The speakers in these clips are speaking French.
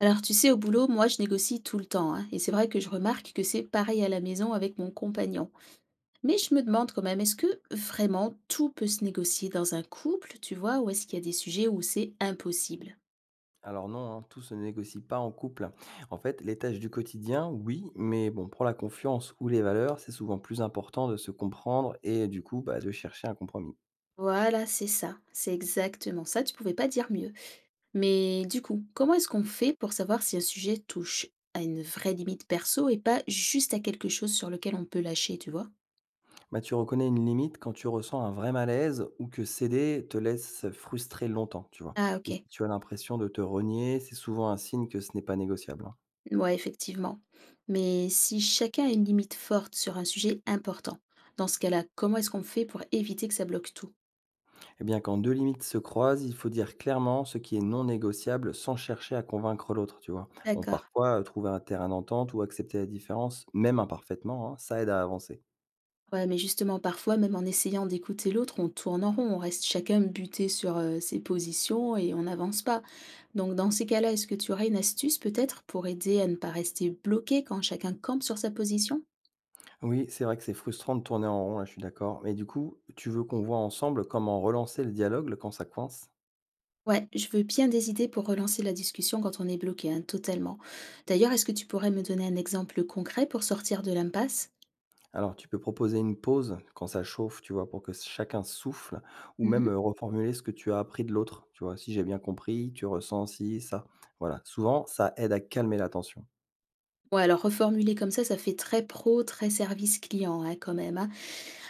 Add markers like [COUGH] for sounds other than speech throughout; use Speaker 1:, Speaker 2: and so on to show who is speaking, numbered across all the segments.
Speaker 1: Alors, tu sais, au boulot, moi, je négocie tout le temps, hein, et c'est vrai que je remarque que c'est pareil à la maison avec mon compagnon. Mais je me demande quand même, est-ce que vraiment tout peut se négocier dans un couple, tu vois, ou est-ce qu'il y a des sujets où c'est impossible?
Speaker 2: Alors non, hein, tout se négocie pas en couple. En fait, les tâches du quotidien, oui, mais bon, pour la confiance ou les valeurs, c'est souvent plus important de se comprendre et du coup, bah, de chercher un compromis.
Speaker 1: Voilà, c'est ça, c'est exactement ça, tu pouvais pas dire mieux. Mais du coup, comment est-ce qu'on fait pour savoir si un sujet touche à une vraie limite perso et pas juste à quelque chose sur lequel on peut lâcher, tu vois?
Speaker 2: Bah, tu reconnais une limite quand tu ressens un vrai malaise ou que céder te laisse frustrer longtemps, tu vois.
Speaker 1: Ah,
Speaker 2: Et si
Speaker 1: ok.
Speaker 2: tu as l'impression de te renier, c'est souvent un signe que ce n'est pas négociable, hein.
Speaker 1: Ouais, effectivement. Mais si chacun a une limite forte sur un sujet important, dans ce cas-là, comment est-ce qu'on fait pour éviter que ça bloque tout?
Speaker 2: Eh bien, quand deux limites se croisent, il faut dire clairement ce qui est non négociable sans chercher à convaincre l'autre, tu vois. Bon,
Speaker 1: D'accord.
Speaker 2: parfois, trouver un terrain d'entente ou accepter la différence, même imparfaitement, hein, ça aide à avancer.
Speaker 1: Ouais, mais justement, parfois, même en essayant d'écouter l'autre, on tourne en rond, on reste chacun buté sur ses positions et on n'avance pas. Donc, dans ces cas-là, est-ce que tu aurais une astuce peut-être pour aider à ne pas rester bloqué quand chacun campe sur sa position?
Speaker 2: Oui, c'est vrai que c'est frustrant de tourner en rond, là, je suis d'accord. Mais du coup, tu veux qu'on voit ensemble comment relancer le dialogue là, quand ça coince.
Speaker 1: Ouais, je veux bien des idées pour relancer la discussion quand on est bloqué, hein, totalement. D'ailleurs, est-ce que tu pourrais me donner un exemple concret pour sortir de l'impasse?
Speaker 2: Alors, tu peux proposer une pause quand ça chauffe, tu vois, pour que chacun souffle, ou même
Speaker 1: Mmh.
Speaker 2: reformuler ce que tu as appris de l'autre, tu vois, si j'ai bien compris, tu ressens si, ça. Voilà, souvent, ça aide à calmer la tension.
Speaker 1: Ouais, alors reformuler comme ça fait très pro, très service client, hein, quand même, hein.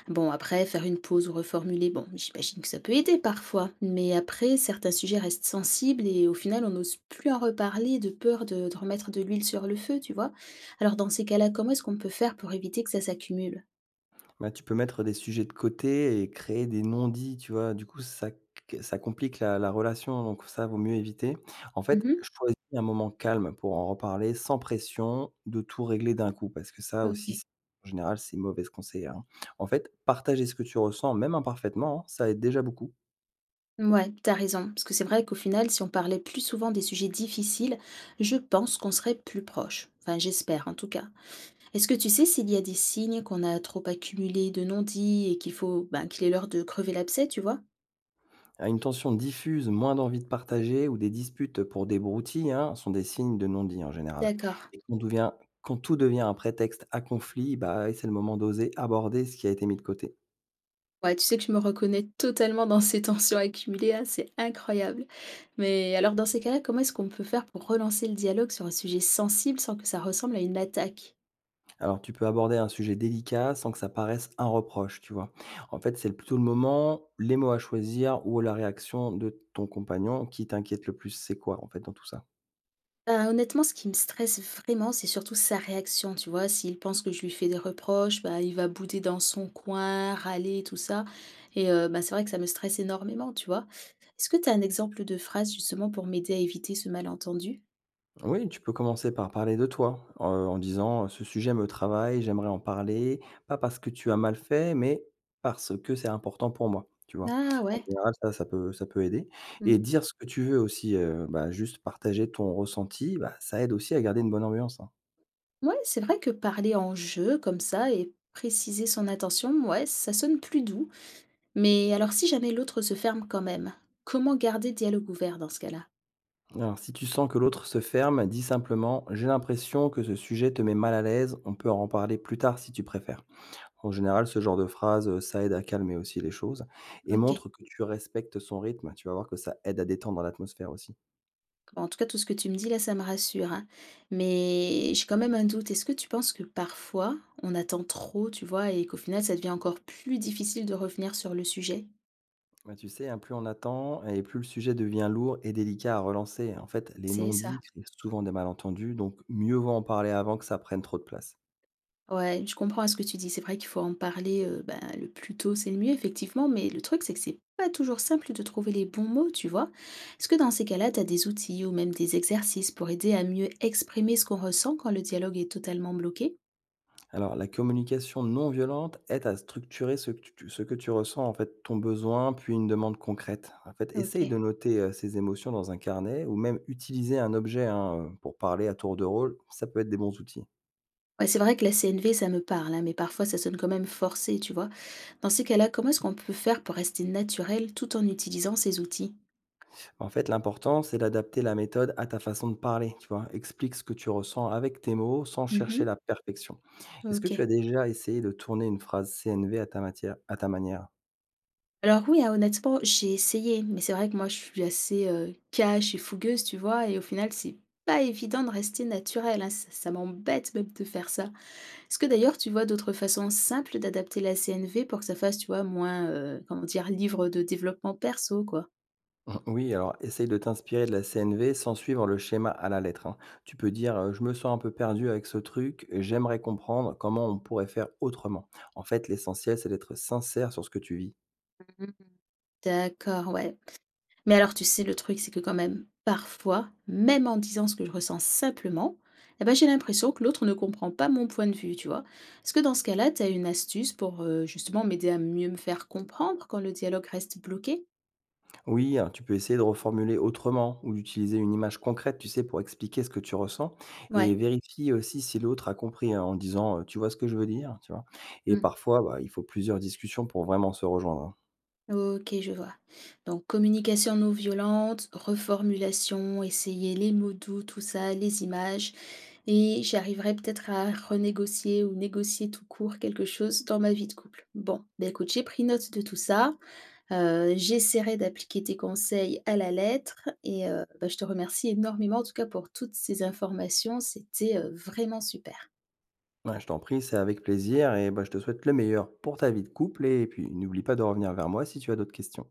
Speaker 1: Bon, après, faire une pause ou reformuler, bon, j'imagine que ça peut aider parfois. Mais après, certains sujets restent sensibles et au final, on n'ose plus en reparler de peur de remettre de l'huile sur le feu, tu vois. Alors, dans ces cas-là, comment est-ce qu'on peut faire pour éviter que ça s'accumule?
Speaker 2: Bah, tu peux mettre des sujets de côté et créer des non-dits, tu vois? Du coup, ça complique la relation, donc ça, vaut mieux éviter. En fait,
Speaker 1: Mmh.
Speaker 2: choisis un moment calme pour en reparler sans pression de tout régler d'un coup, parce que ça aussi,
Speaker 1: OK.
Speaker 2: c en général, c'est mauvais conseil, hein. En fait, partager ce que tu ressens, même imparfaitement, hein, ça aide déjà beaucoup.
Speaker 1: Ouais, t'as raison. Parce que c'est vrai qu'au final, si on parlait plus souvent des sujets difficiles, je pense qu'on serait plus proche. Enfin, j'espère en tout cas. Est-ce que tu sais s'il y a des signes qu'on a trop accumulé de non-dits et qu'il faut, ben, qu'il est l'heure de crever l'abcès, tu vois?
Speaker 2: Ah, une tension diffuse, moins d'envie de partager ou des disputes pour des broutilles hein, sont des signes de non-dit en général.
Speaker 1: D'accord.
Speaker 2: Et quand tout devient un prétexte à conflit, bah, c'est le moment d'oser aborder ce qui a été mis de côté.
Speaker 1: Ouais, tu sais que je me reconnais totalement dans ces [LAUGHS] tensions accumulées, hein, c'est incroyable. Mais alors dans ces cas-là, comment est-ce qu'on peut faire pour relancer le dialogue sur un sujet sensible sans que ça ressemble à une attaque?
Speaker 2: Alors tu peux aborder un sujet délicat sans que ça paraisse un reproche, tu vois. En fait, c'est plutôt le moment, les mots à choisir ou la réaction de ton compagnon qui t'inquiète le plus, c'est quoi en fait dans tout ça?
Speaker 1: Bah, honnêtement, ce qui me stresse vraiment, c'est surtout sa réaction, tu vois? S'il pense que je lui fais des reproches, bah, il va bouder dans son coin, râler, tout ça. Et bah, c'est vrai que ça me stresse énormément, tu vois? Est-ce que tu as un exemple de phrase justement pour m'aider à éviter ce malentendu?
Speaker 2: Oui, tu peux commencer par parler de toi, en disant, «Ce sujet me travaille, j'aimerais en parler, pas parce que tu as mal fait, mais parce que c'est important pour moi», tu vois?
Speaker 1: Ah
Speaker 2: En
Speaker 1: ouais,
Speaker 2: général, ça, ça peut aider, et
Speaker 1: mmh.
Speaker 2: dire ce que tu veux aussi, bah, juste partager ton ressenti, bah, ça aide aussi à garder une bonne ambiance, hein.
Speaker 1: Ouais, c'est vrai que parler en jeu comme ça et préciser son intention, ouais, ça sonne plus doux. Mais alors si jamais l'autre se ferme quand même, comment garder le dialogue ouvert dans ce cas-là?
Speaker 2: Alors si tu sens que l'autre se ferme, dis simplement: «J'ai l'impression que ce sujet te met mal à l'aise, on peut en reparler plus tard si tu préfères». En général, ce genre de phrase, ça aide à calmer aussi les choses et
Speaker 1: OK.
Speaker 2: montre que tu respectes son rythme. Tu vas voir que ça aide à détendre l'atmosphère aussi.
Speaker 1: Bon, en tout cas, tout ce que tu me dis là, ça me rassure, hein. Mais j'ai quand même un doute. Est-ce que tu penses que parfois, on attend trop, tu vois, et qu'au final, ça devient encore plus difficile de revenir sur le sujet?
Speaker 2: Bah, tu sais, hein, plus on attend et plus le sujet devient lourd et délicat à relancer. En fait, les
Speaker 1: C'est ça.
Speaker 2: non-dits créent souvent des malentendus, donc mieux vaut en parler avant que ça prenne trop de place.
Speaker 1: Ouais, je comprends ce que tu dis. C'est vrai qu'il faut en parler, ben, le plus tôt, c'est le mieux, effectivement. Mais le truc, c'est que c'est pas toujours simple de trouver les bons mots, tu vois? Est-ce que dans ces cas-là, tu as des outils ou même des exercices pour aider à mieux exprimer ce qu'on ressent quand le dialogue est totalement bloqué?
Speaker 2: Alors, la communication non violente aide à structurer ce que tu ressens, en fait, ton besoin, puis une demande concrète. En fait, essaye
Speaker 1: OK.
Speaker 2: de noter, ces émotions dans un carnet ou même utiliser un objet, hein, pour parler à tour de rôle, ça peut être des bons outils.
Speaker 1: Ouais, c'est vrai que la CNV, ça me parle, hein, mais parfois ça sonne quand même forcé, tu vois? Dans ces cas-là, comment est-ce qu'on peut faire pour rester naturel tout en utilisant ces outils?
Speaker 2: En fait, l'important, c'est d'adapter la méthode à ta façon de parler, tu vois? Explique ce que tu ressens avec tes mots sans chercher
Speaker 1: Mmh.
Speaker 2: la perfection. Est-ce que tu
Speaker 1: OK.
Speaker 2: as déjà essayé de tourner une phrase CNV à ta manière? [LAUGHS]
Speaker 1: Alors oui, hein, honnêtement, j'ai essayé, mais c'est vrai que moi je suis assez, cash et fougueuse, tu vois? Et au final, c'est pas évident de rester naturel, hein, ça m'embête même de faire ça. Est-ce que d'ailleurs tu vois d'autres façons simples d'adapter la CNV pour que ça fasse, tu vois, moins, comment dire? Livre de développement perso, quoi?
Speaker 2: Oui, alors essaye de t'inspirer de la CNV sans suivre le schéma à la lettre, hein. Tu peux dire je me sens un peu perdu avec ce truc, j'aimerais comprendre comment on pourrait faire autrement. En fait, l'essentiel, c'est d'être sincère sur ce que tu vis.
Speaker 1: Mmh. D'accord, ouais. Mais alors, tu sais, le truc, c'est que quand même, parfois, même en disant ce que je ressens simplement, eh ben, j'ai l'impression que l'autre ne comprend pas mon point de vue, tu vois. Est-ce que dans ce cas-là, tu as une astuce pour justement m'aider à mieux me faire comprendre quand le dialogue reste bloqué?
Speaker 2: Oui, hein, tu peux essayer de reformuler autrement ou d'utiliser une image concrète, tu sais, pour expliquer ce que tu ressens, et
Speaker 1: Ouais.
Speaker 2: vérifie aussi si l'autre a compris hein, en disant tu vois ce que je veux dire, tu vois. Et
Speaker 1: Hmm.
Speaker 2: parfois, bah, il faut plusieurs discussions pour vraiment se rejoindre, hein.
Speaker 1: Ok, je vois. Donc, communication non violente, reformulation, essayer les mots doux, tout ça, les images. Et j'arriverai peut-être à renégocier ou négocier tout court quelque chose dans ma vie de couple. Bon, ben écoute, j'ai pris note de tout ça. J'essaierai d'appliquer tes conseils à la lettre et bah, je te remercie énormément en tout cas pour toutes ces informations, c'était, vraiment super.
Speaker 2: Ouais, je t'en prie, c'est avec plaisir et bah, je te souhaite le meilleur pour ta vie de couple et puis n'oublie pas de revenir vers moi si tu as d'autres questions.